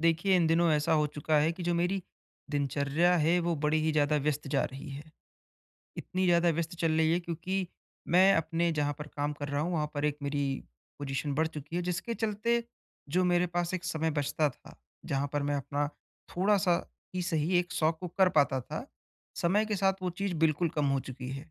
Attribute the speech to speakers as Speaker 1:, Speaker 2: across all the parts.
Speaker 1: देखिए, इन दिनों ऐसा हो चुका है कि जो मेरी दिनचर्या है वो बड़ी ही ज़्यादा व्यस्त जा रही है। इतनी ज़्यादा व्यस्त चल रही है क्योंकि मैं अपने जहाँ पर काम कर रहा हूँ वहाँ पर एक मेरी पोजीशन बढ़ चुकी है, जिसके चलते जो मेरे पास एक समय बचता था जहाँ पर मैं अपना थोड़ा-सा ही सही एक शौक को कर पाता था, समय के साथ वो चीज़ बिल्कुल कम हो चुकी है।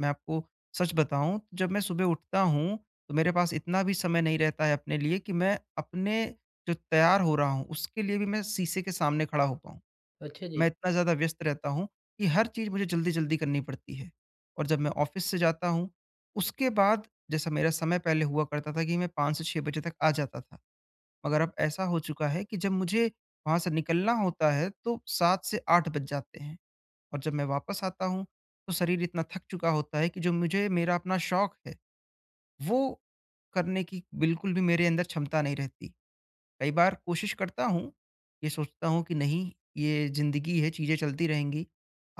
Speaker 1: मैं आपको सच बताऊँ, जब मैं सुबह उठता हूँ तो मेरे पास इतना भी समय नहीं रहता है अपने लिए कि मैं अपने जो तैयार हो रहा हूँ उसके लिए भी मैं शीशे के सामने खड़ा हो पाऊँ।
Speaker 2: अच्छा
Speaker 1: मैं
Speaker 2: जी।
Speaker 1: इतना ज़्यादा व्यस्त रहता हूँ कि हर चीज़ मुझे जल्दी-जल्दी करनी पड़ती है। और जब मैं ऑफ़िस से जाता हूँ, उसके बाद जैसा मेरा समय पहले हुआ करता था कि मैं 5 से 6 बजे तक आ जाता था। मगर अब ऐसा हो चुका है कि जब मुझे वहाँ से निकलना होता है तो 7 से 8 बज जाते हैं। और जब मैं वापस आता हूँ तो शरीर इतना थक चुका होता है कि जो मुझे मेरा अपना शौक है, वो करने की बिल्कुल भी मेरे अंदर क्षमता नहीं रहती। कई बार कोशिश करता हूँ, ये सोचता हूँ कि नहीं, ये ज़िंदगी है, चीज़ें चलती रहेंगी,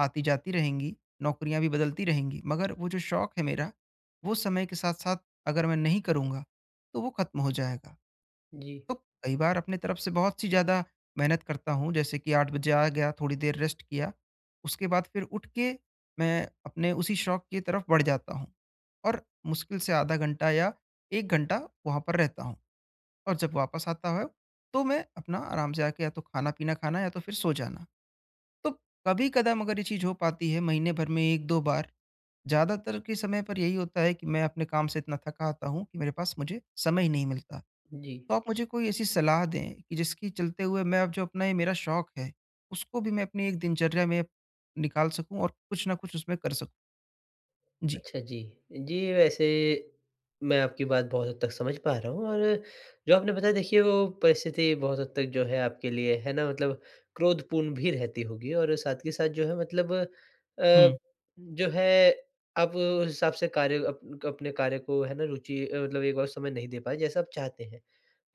Speaker 1: आती-जाती रहेंगी, नौकरियाँ भी बदलती रहेंगी, मगर वो जो शौक है मेरा, वो समय के साथ-साथ अगर मैं नहीं करूँगा, तो वो खत्म हो जाएगा।
Speaker 2: जी,
Speaker 1: तो कई बार अपनी तरफ से बहुत-सी ज़्यादा मेहनत करता हूँ, जैसे कि 8 बजे आ गया, थोड़ी देर रेस्ट किया, उसके बाद फिर उठ के मैं अपने उसी शौक की तरफ बढ़ जाता हूँ और मुश्किल से आधा घंटा या 1 घंटा वहाँ पर रहता हूँ। और जब वापस आता है, तो मैं अपना आराम से आके या तो खाना-पीना खाना या तो फिर सो जाना। तो कभी-कदा मगर ये चीज़ हो पाती है महीने भर में 1-2 बार। ज़्यादातर के समय पर यही होता है कि मैं अपने काम से इतना थका आता हूँ कि मेरे पास मुझे समय ही नहीं मिलता।
Speaker 2: जी।
Speaker 1: तो आप मुझे कोई ऐसी सलाह दें कि जिसकी चलते हुए मैं अब जो अपना ये मेरा शौक है, उसको भी मैं अपनी एक दिनचर्या में निकाल सकूँ और कुछ न कुछ उसमें कर सकूँ। जी।
Speaker 2: अच्छा जी। जी, वैसे मैं आपकी बात बहुत हद तक समझ पा रहा हूँ और जो आपने बताया देखिए वो परिस्थिति बहुत हद तक जो है आपके लिए है ना मतलब क्रोधपूर्ण भी रहती होगी और साथ के साथ जो है मतलब
Speaker 1: हुँ।
Speaker 2: जो है आप उस हिसाब से कार्य अप अपने कार्य को है ना रुचि मतलब एक बार समय नहीं दे पाए जैसा आप चाहते हैं।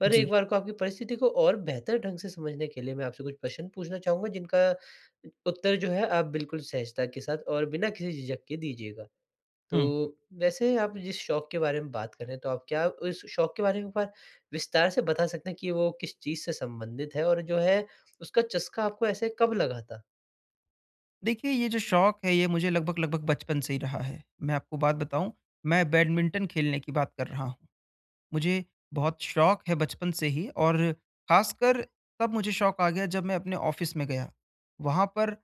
Speaker 2: पर एक
Speaker 1: जी।
Speaker 2: बार को आपकी परिस्थिति को और बेहतर ढंग से समझने के लिए मैं आपसे कुछ प्रश्न पूछना चाहूँगा जिनका उत्तर जो है आप बिल्कुल सहजता के साथ और बिना किसी झिझक के दीजिएगा। तो
Speaker 1: हुँ।
Speaker 2: वैसे आप जिस शौक के बारे में बात कर रहे हैं तो आप क्या उस शौक के बारे में एक बार विस्तार से बता सकते हैं कि वो किस चीज़ से संबंधित है? और जो है उसका चस्का आपको ऐसे कब लगा था?
Speaker 1: देखिए, ये जो शौक है, ये मुझे लगभग-लगभग बचपन से ही रहा है। मैं आपको बात बताऊँ, मैं बैडमिंटन खेलने की बात कर रहा हूँ। मुझे बहुत शौक है बचपन से ही और ख़ासकर तब मुझे शौक आ गया जब मैं अपने ऑफ़िस में गया। वहाँ पर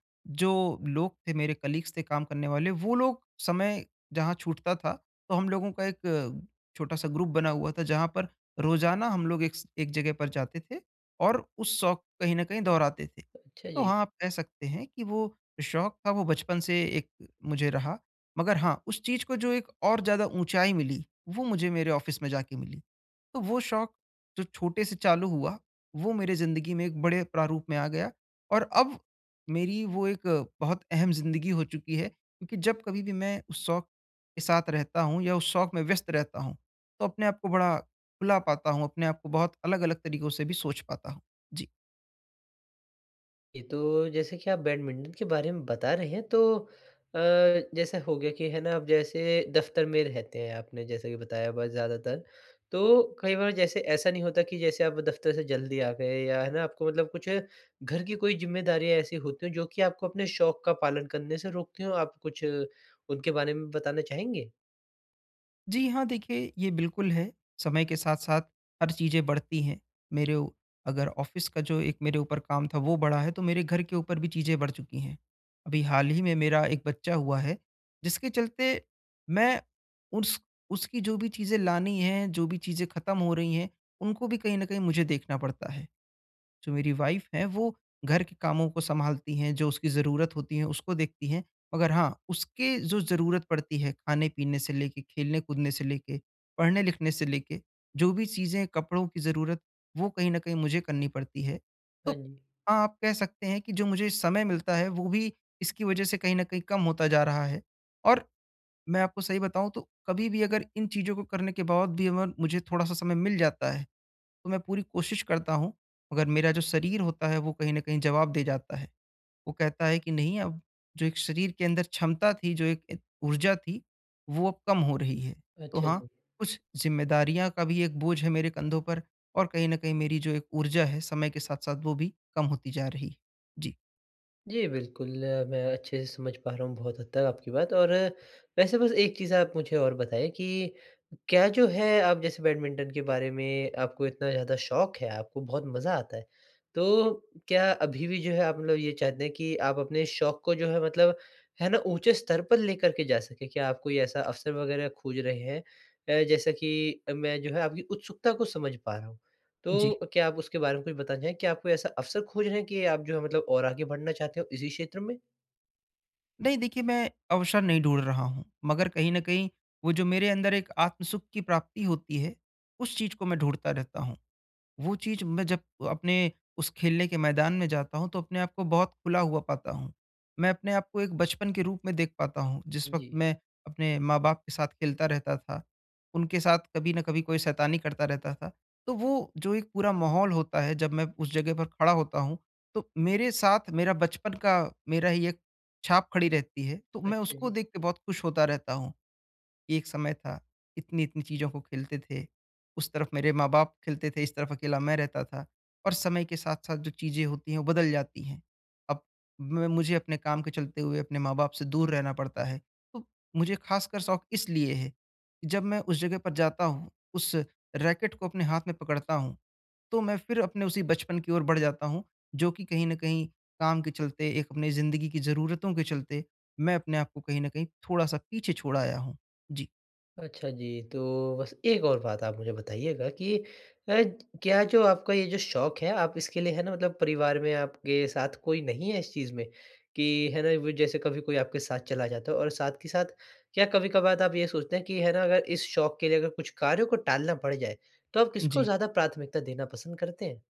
Speaker 1: जो लोग थे मेरे कलीग्स थे काम करने वाले वो लोग समय जहाँ छूटता था तो हम लोगों का एक छोटा-सा ग्रुप बना हुआ था जहाँ पर रोज़ाना हम लोग एक जगह पर जाते थे और उस शौक को कहीं न कहीं दोहराते थे।
Speaker 2: अच्छा
Speaker 1: तो
Speaker 2: जी।
Speaker 1: हाँ, आप कह सकते हैं कि वो जो शौक था वो बचपन से एक मुझे रहा। मगर हाँ, उस चीज़ को जो एक और ज़्यादा ऊँचाई मिली वो मुझे मेरे ऑफ़िस में जाके मिली। तो वो शौक जो छोटे से चालू हुआ, वो मेरे ज़िंदगी में एक बड़े प्रारूप में आ गया और अब मेरी वो एक बहुत अहम ज़िंदगी हो चुकी है क्योंकि जब कभी भी मैं उस शौक के साथ रहता हूँ या उस शौक में व्यस्त रहता हूँ, तो अपने आप को बड़ा खुला पाता हूँ, अपने आप को बहुत अलग-अलग तरीकों से भी सोच पाता हूँ। जी।
Speaker 2: ये तो जैसे कि आप बैडमिंटन के बारे में बता रहे हैं तो अ, जैसे हो गया कि है ना आप जैसे दफ्तर में रहते हैं आपने जैसे कि बताया बस ज़्यादातर। तो कई बार जैसे ऐसा नहीं होता कि जैसे आप दफ्तर से जल्दी आ गए या है ना आपको मतलब कुछ घर की कोई ज़िम्मेदारियाँ ऐसी होती हो जो कि आपको अपने शौक का पालन करने से रोकती हो? आप कुछ उनके बारे में बताना चाहेंगे?
Speaker 1: जी हाँ, देखिए ये बिल्कुल है। समय के साथ-साथ हर चीज़ें बढ़ती हैं। मेरे उ अगर ऑफ़िस का जो एक मेरे ऊपर काम था वो बढ़ा है, तो मेरे घर के ऊपर भी चीज़ें बढ़ चुकी हैं। अभी हाल ही में मेरा एक बच्चा हुआ है, जिसके चलते मैं उस उसकी जो भी चीज़ें लानी हैं, जो भी चीज़ें ख़त्म हो रही हैं, उनको भी कहीं न कहीं मुझे देखना पड़ता है। जो मेरी वाइफ़ है वो घर के कामों को सँभालती हैं, जो उसकी ज़रूरत होती है उसको देखती हैं। मगर हाँ, उसके जो ज़रूरत पड़ती है खाने-पीने से लेके, खेलने-कूदने से लेके, पढ़ने-लिखने से लेके, जो भी चीज़ें कपड़ों की ज़रूरत वो कहीं न कहीं मुझे करनी पड़ती है। तो
Speaker 2: हाँ जी।
Speaker 1: हाँ, आप कह सकते हैं कि जो मुझे समय मिलता है वो भी इसकी वज़ह से कहीं न कहीं कम होता जा रहा है। और मैं आपको सही बताऊँ तो कभी भी अगर इन चीज़ों को करने के बाद भी अगर मुझे थोड़ा-सा समय मिल जाता है तो मैं पूरी कोशिश करता हूँ, मगर मेरा जो शरीर होता है वो कहीं न कहीं जवाब दे जाता है। वो कहता है कि नहीं अब जो एक शरीर के अंदर क्षमता थी, जो एक एक ऊर्जा थी, वो अब कम हो रही है। तो
Speaker 2: अच्छा
Speaker 1: हाँ,
Speaker 2: जी।
Speaker 1: कुछ ज़िम्मेदारियाँ का भी एक बोझ है मेरे कंधों पर और कहीं न कहीं मेरी जो एक ऊर्जा है, समय के साथ-साथ वो भी कम होती जा रही है। जी,
Speaker 2: जी, बिल्कुल, मैं अच्छे से समझ पा रहा हूँ बहुत हद तक आपकी बात और वैसे बस एक चीज़ आप मुझे और बताएँ कि क्या जो है आप जैसे बैडमिंटन के बारे में आपको इतना ज़्यादा शौक है, आपको बहुत मज़ा आता है, तो क्या अभी भी जो है आप मतलब ये चाहते हैं कि आप अपने शौक को जो है मतलब है ना, ऊँचे स्तर पर लेकर के जा सकें? क्या आप कोई ऐसा अवसर वग़ैरह खोज रहे हैं जैसा कि मैं जो है आपकी उत्सुकता को समझ पा रहा हूँ? तो
Speaker 1: जी।
Speaker 2: क्या आप उसके बारे में कुछ बताना चाहेंगे? क्या आप कोई ऐसा अवसर खोज रहे हैं कि आप जो है मतलब और आगे बढ़ना चाहते हो इसी क्षेत्र में?
Speaker 1: नहीं देखिए, मैं अवसर नहीं ढूँढ रहा हूँ, मगर कहीं न कहीं वो जो मेरे अंदर एक आत्म सुख की प्राप्ति होती है, उस चीज़ को मैं ढूँढता रहता हूँ। वो चीज़ मैं जब अपने उस खेलने के मैदान में जाता हूँ, तो अपने आप को बहुत खुला हुआ पाता हूँ। मैं अपने आप को एक बचपन के रूप में देख पाता हूँ, जिस वक़्त
Speaker 2: जी।
Speaker 1: मैं अपने माँ-बाप के साथ खेलता रहता था, उनके साथ कभी न कभी कोई शैतानी करता रहता था। तो वो जो एक पूरा माहौल होता है, जब मैं उस जगह पर खड़ा होता हूँ, तो मेरे साथ मेरा बचपन का मेरा ही एक छाप खड़ी रहती है, तो मैं
Speaker 2: अच्छा
Speaker 1: उसको
Speaker 2: जी।
Speaker 1: देख के बहुत खुश होता रहता हूँ। कि एक समय था, इतनी-इतनी चीज़ों को खेलते थे। उस तरफ मेरे माँ-बाप खेलते थे, इस तरफ अकेला मैं रहता था और समय के साथ-साथ जो चीज़ें होती हैं, वो बदल जाती हैं। अब मैं मुझे अपने काम के चलते हुए अपने माँ-बाप से दूर रहना पड़ता है। तो मुझे खासकर शौक इसलिए है, कि जब मैं उस जगह पर जाता हूँ, उस रैकेट को अपने हाथ में पकड़ता हूँ, तो मैं फिर अपने उसी बचपन की ओर बढ़ जाता हूँ, जो कि कहीं न कहीं काम के चलते, एक अपनी ज़िंदगी की ज़रूरतों के चलते, मैं अपने आप को कहीं न कहीं थोड़ा-सा पीछे छोड़ आया हूँ। जी।
Speaker 2: अच्छा जी, तो बस एक और बात आप मुझे बताइएगा कि अ, क्या जो आपका ये जो शौक है आप इसके लिए है ना मतलब परिवार में आपके साथ कोई नहीं है इस चीज़ में? कि है ना वो जैसे कभी कोई आपके साथ चला जाता है और साथ के साथ क्या कभी-कभार आप ये सोचते हैं कि है ना अगर इस शौक के लिए अगर कुछ कार्यों को टालना पड़ जाए, तो आप किसको
Speaker 1: जी।
Speaker 2: ज़्यादा प्राथमिकता देना पसंद करते हैं?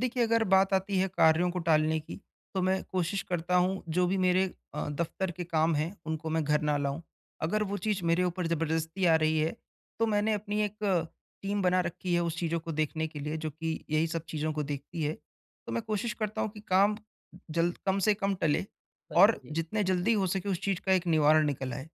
Speaker 1: देखिए, अगर बात आती है कार्यों को टालने की, तो मैं कोशिश करता हूँ जो भी मेरे दफ़्तर के काम हैं, उनको मैं घर ना लाऊँ। अगर वो चीज़ मेरे ऊपर ज़बरदस्ती आ रही है, तो मैंने अपनी एक टीम बना रखी है उस चीज़ों को देखने के लिए, जो कि यही सब चीज़ों को देखती है। तो मैं कोशिश करता हूँ कि काम जल्द कम से कम टले
Speaker 2: अच्छा
Speaker 1: और
Speaker 2: जी।
Speaker 1: जितने जल्दी हो सके उस चीज़ का एक निवारण निकल आए।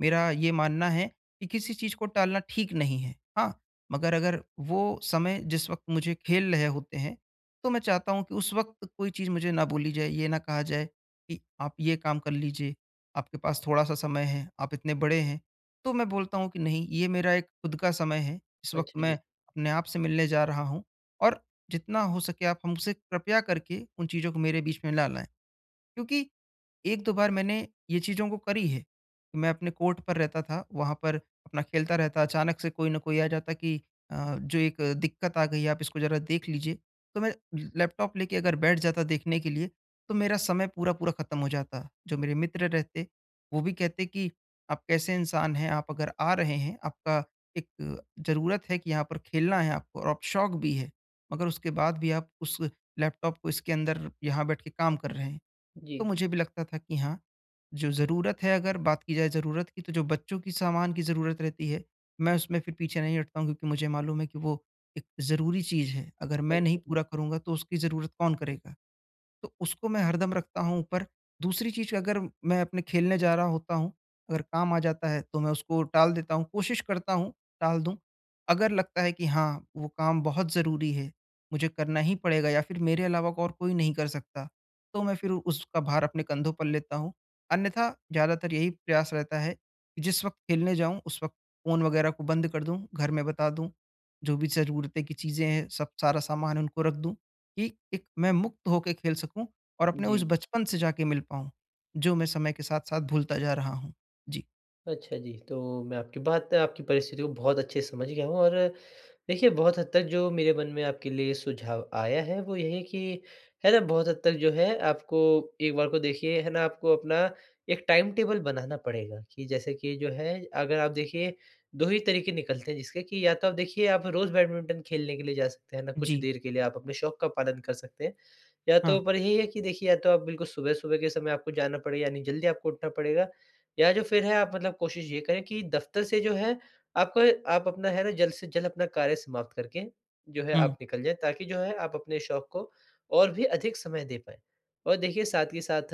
Speaker 1: मेरा ये मानना है कि किसी चीज़ को टालना ठीक नहीं है। हाँ, मगर अगर वो समय जिस वक़्त मुझे खेल रहे होते हैं, तो मैं चाहता हूँ कि उस वक़्त कोई चीज़ मुझे ना बोली जाए, ये ना कहा जाए कि आप ये काम कर लीजिए, आपके पास थोड़ा-सा समय है, आप इतने बड़े हैं। तो मैं बोलता हूँ कि नहीं, ये मेरा एक खुद का समय है, इस वक़्त
Speaker 2: अच्छा
Speaker 1: मैं
Speaker 2: जी।
Speaker 1: अपने आप से मिलने जा रहा हूँ और जितना हो सके आप हमसे कृपया करके उन चीज़ों को मेरे बीच में ना लाएँ। क्योंकि 1-2 बार मैंने ये चीज़ों को करी है। मैं अपने कोर्ट पर रहता था, वहाँ पर अपना खेलता रहता, अचानक से कोई न कोई आ जाता कि जो एक दिक्कत आ गई है, आप इसको ज़रा देख लीजिए। तो मैं लैपटॉप लेके अगर बैठ जाता देखने के लिए, तो मेरा समय पूरा-पूरा खत्म हो जाता। जो मेरे मित्र रहते, वो भी कहते कि आप कैसे इंसान हैं, आप अगर आ रहे हैं, आपका एक ज़रूरत है कि यहाँ पर खेलना है आपको और आप शौक भी है, मगर उसके बाद भी आप उस लैपटॉप को इसके अंदर यहाँ बैठ के काम कर रहे हैं।
Speaker 2: जी।
Speaker 1: तो मुझे भी लगता था कि हाँ, जो ज़रूरत है अगर बात की जाए ज़रूरत की तो जो बच्चों की सामान की ज़रूरत रहती है, मैं उसमें फिर पीछे नहीं हटता हूँ क्योंकि मुझे मालूम है कि वो एक ज़रूरी चीज़ है। अगर मैं नहीं
Speaker 2: अच्छा जी।
Speaker 1: पूरा करूँगा तो उसकी ज़रूरत कौन करेगा? तो उसको मैं हरदम रखता हूँ ऊपर। दूसरी चीज़ अगर मैं अपने खेलने जा रहा होता हूँ, अगर काम आ जाता है तो मैं उसको टाल देता हूँ, कोशिश करता हूँ टाल दूँ। अगर लगता है कि हाँ, वो काम बहुत ज़रूरी है, मुझे करना ही पड़ेगा या फिर मेरे अलावा और कोई नहीं कर सकता, तो मैं फिर उसका भार अपने कंधों पर लेता हूँ। अन्यथा ज़्यादातर यही प्रयास रहता है कि जिस वक़्त खेलने जाऊँ, उस वक़्त फ़ोन वगैरह को बंद कर दूँ, घर में बता दूँ, जो भी ज़रूरतें की चीज़ें हैं सब सारा सामान उनको रख दूँ। कि एक मैं मुक्त होके खेल सकूँ और अपने उस
Speaker 2: जी।
Speaker 1: बचपन से जाके मिल पाऊँ, जो मैं समय के साथ-साथ भूलता जा रहा हूँ। जी,
Speaker 2: अच्छा जी, तो मैं आपकी बात आपकी परिस्थिति को बहुत अच्छे से समझ गया हूँ और देखिए, बहुत हद तक जो मेरे मन में आपके लिए सुझाव आया है, वो यही है कि, है ना, बहुत हद तक जो है आपको एक बार को देखिए, है ना, आपको अपना एक टाइम टेबल बनाना पड़ेगा कि जैसे कि जो है अगर आप देखिए 2 ही तरीके निकलते हैं जिसके कि या तो आप देखिए आप रोज़ बैडमिंटन खेलने के लिए जा सकते हैं ना, कुछ
Speaker 1: जी,
Speaker 2: देर के लिए आप अपने शौक का पालन कर सकते हैं। या
Speaker 1: हाँ,
Speaker 2: तो पर यही है कि देखिए या तो आप बिल्कुल सुबह-सुबह के समय आपको जाना पड़ेगा यानी जल्दी आपको उठना पड़ेगा या जो फिर है आप मतलब कोशिश ये करें कि दफ़्तर से जो है आपको आप अपना है ना जल्द से जल्द अपना कार्य समाप्त करके जो है
Speaker 1: हुँ,
Speaker 2: आप निकल जाएँ ताकि जो है आप अपने शौक को और भी अधिक समय दे पाएँ। और देखिए साथ के साथ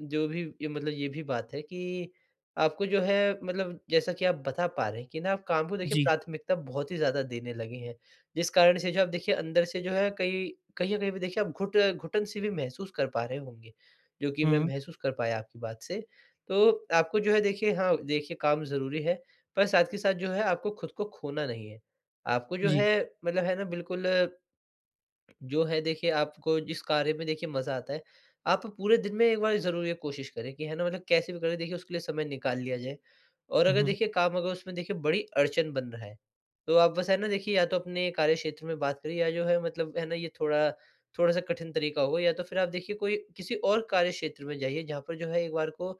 Speaker 2: जो भी ये मतलब ये भी बात है कि आपको जो है मतलब जैसा कि आप बता पा रहे हैं कि ना आप काम को देखिए
Speaker 1: जी,
Speaker 2: प्राथमिकता बहुत ही ज़्यादा देने लगे हैं। जिस कारण से जो आप देखिए अंदर से जो है कहीं कहीं न कहीं पे देखिए आप घुटन सी भी महसूस कर पा रहे होंगे, जो कि मैं
Speaker 1: हुँ,
Speaker 2: महसूस कर पाया आपकी बात से। तो आपको जो है देखिए हाँ, देखिए काम ज़रूरी है पर साथ के साथ जो है आपको खुद को खोना नहीं है। आपको जो
Speaker 1: जी,
Speaker 2: है मतलब है ना बिल्कुल जो है देखिए आपको जिस कार्य में देखिए मज़ा आता है, आप पूरे दिन में एक बार ज़रूर ये कोशिश करें कि है ना मतलब कैसे भी करके देखिए उसके लिए समय निकाल लिया जाए। और अगर
Speaker 1: उहुँ,
Speaker 2: देखिए काम अगर उसमें देखिए बड़ी अड़चन बन रहा है, तो आप बस है ना देखिए या तो अपने कार्य क्षेत्र में बात करिए या जो है मतलब है ना ये थोड़ा-सा कठिन तरीका होगा या तो फिर आप देखिए कोई किसी और कार्य क्षेत्र में जाइए जहाँ पर जो है एक बार को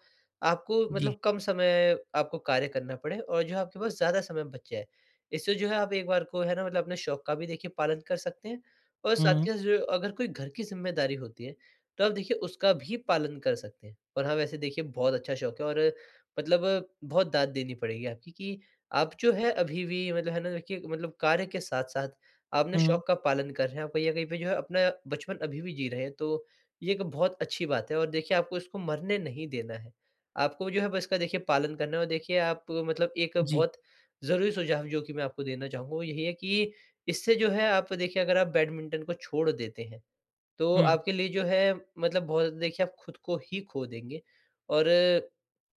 Speaker 2: आपको
Speaker 1: जी,
Speaker 2: मतलब कम समय आपको कार्य करना पड़े और जो आपके पास ज़्यादा समय बच जाए। इससे जो है आप एक बार को है ना मतलब अपने शौक का भी देखिए पालन कर सकते हैं और साथ
Speaker 1: हुँ,
Speaker 2: के साथ जो अगर कोई घर की ज़िम्मेदारी होती है, तो आप देखिए उसका भी पालन कर सकते हैं। और हाँ, वैसे देखिए बहुत अच्छा शौक है और मतलब बहुत दाद देनी पड़ेगी आपकी कि आप जो है अभी भी मतलब है ना देखिए मतलब कार्य के साथ-साथ आपने
Speaker 1: हुँ,
Speaker 2: शौक का पालन कर रहे हैं। आप कहीं न कहीं पे जो है अपना बचपन अभी भी जी रहे हैं, तो ये एक बहुत अच्छी बात है और देखिए आपको इसको मरने नहीं देना है। आपको जो है बस इसका देखिए पालन करना है और देखिए आप मतलब एक
Speaker 1: जी,
Speaker 2: बहुत ज़रूरी सुझाव जो कि मैं आपको देना चाहूँगा वो यही है कि इससे जो है आप देखिए अगर आप बैडमिंटन को छोड़ देते हैं, तो
Speaker 1: हुँ,
Speaker 2: आपके लिए जो है मतलब बहुत देखिए आप खुद को ही खो देंगे और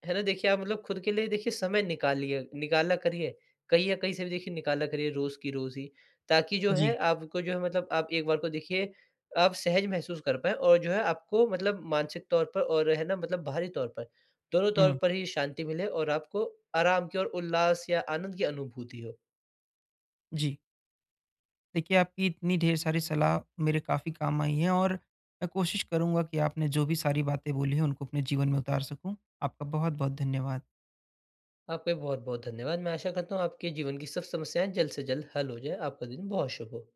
Speaker 2: है ना देखिए आप मतलब खुद के लिए देखिए समय निकालिए निकाला करिए। कहीं या कहीं से भी देखिए निकाला करिए रोज़ की रोज़ ही, ताकि जो है
Speaker 1: जी,
Speaker 2: आपको जो है मतलब आप एक बार को देखिए आप सहज महसूस कर पाएँ और जो है आपको मतलब मानसिक तौर पर और है ना मतलब बाहरी तौर पर, दोनों तौर
Speaker 1: हुँ,
Speaker 2: पर ही शांति मिले और आपको आराम की और उल्लास या आनंद की अनुभूति हो।
Speaker 1: जी। देखिए, आपकी इतनी ढेर सारी सलाह मेरे काफ़ी काम आई है और मैं कोशिश करूँगा कि आपने जो भी सारी बातें बोली हैं, उनको अपने जीवन में उतार सकूँ। आपका बहुत-बहुत धन्यवाद।
Speaker 2: आपका भी बहुत बहुत धन्यवाद। मैं आशा करता हूँ आपके जीवन की सब समस्याएँ जल्द से जल्द हल हो जाए। आपका दिन बहुत शुभ हो।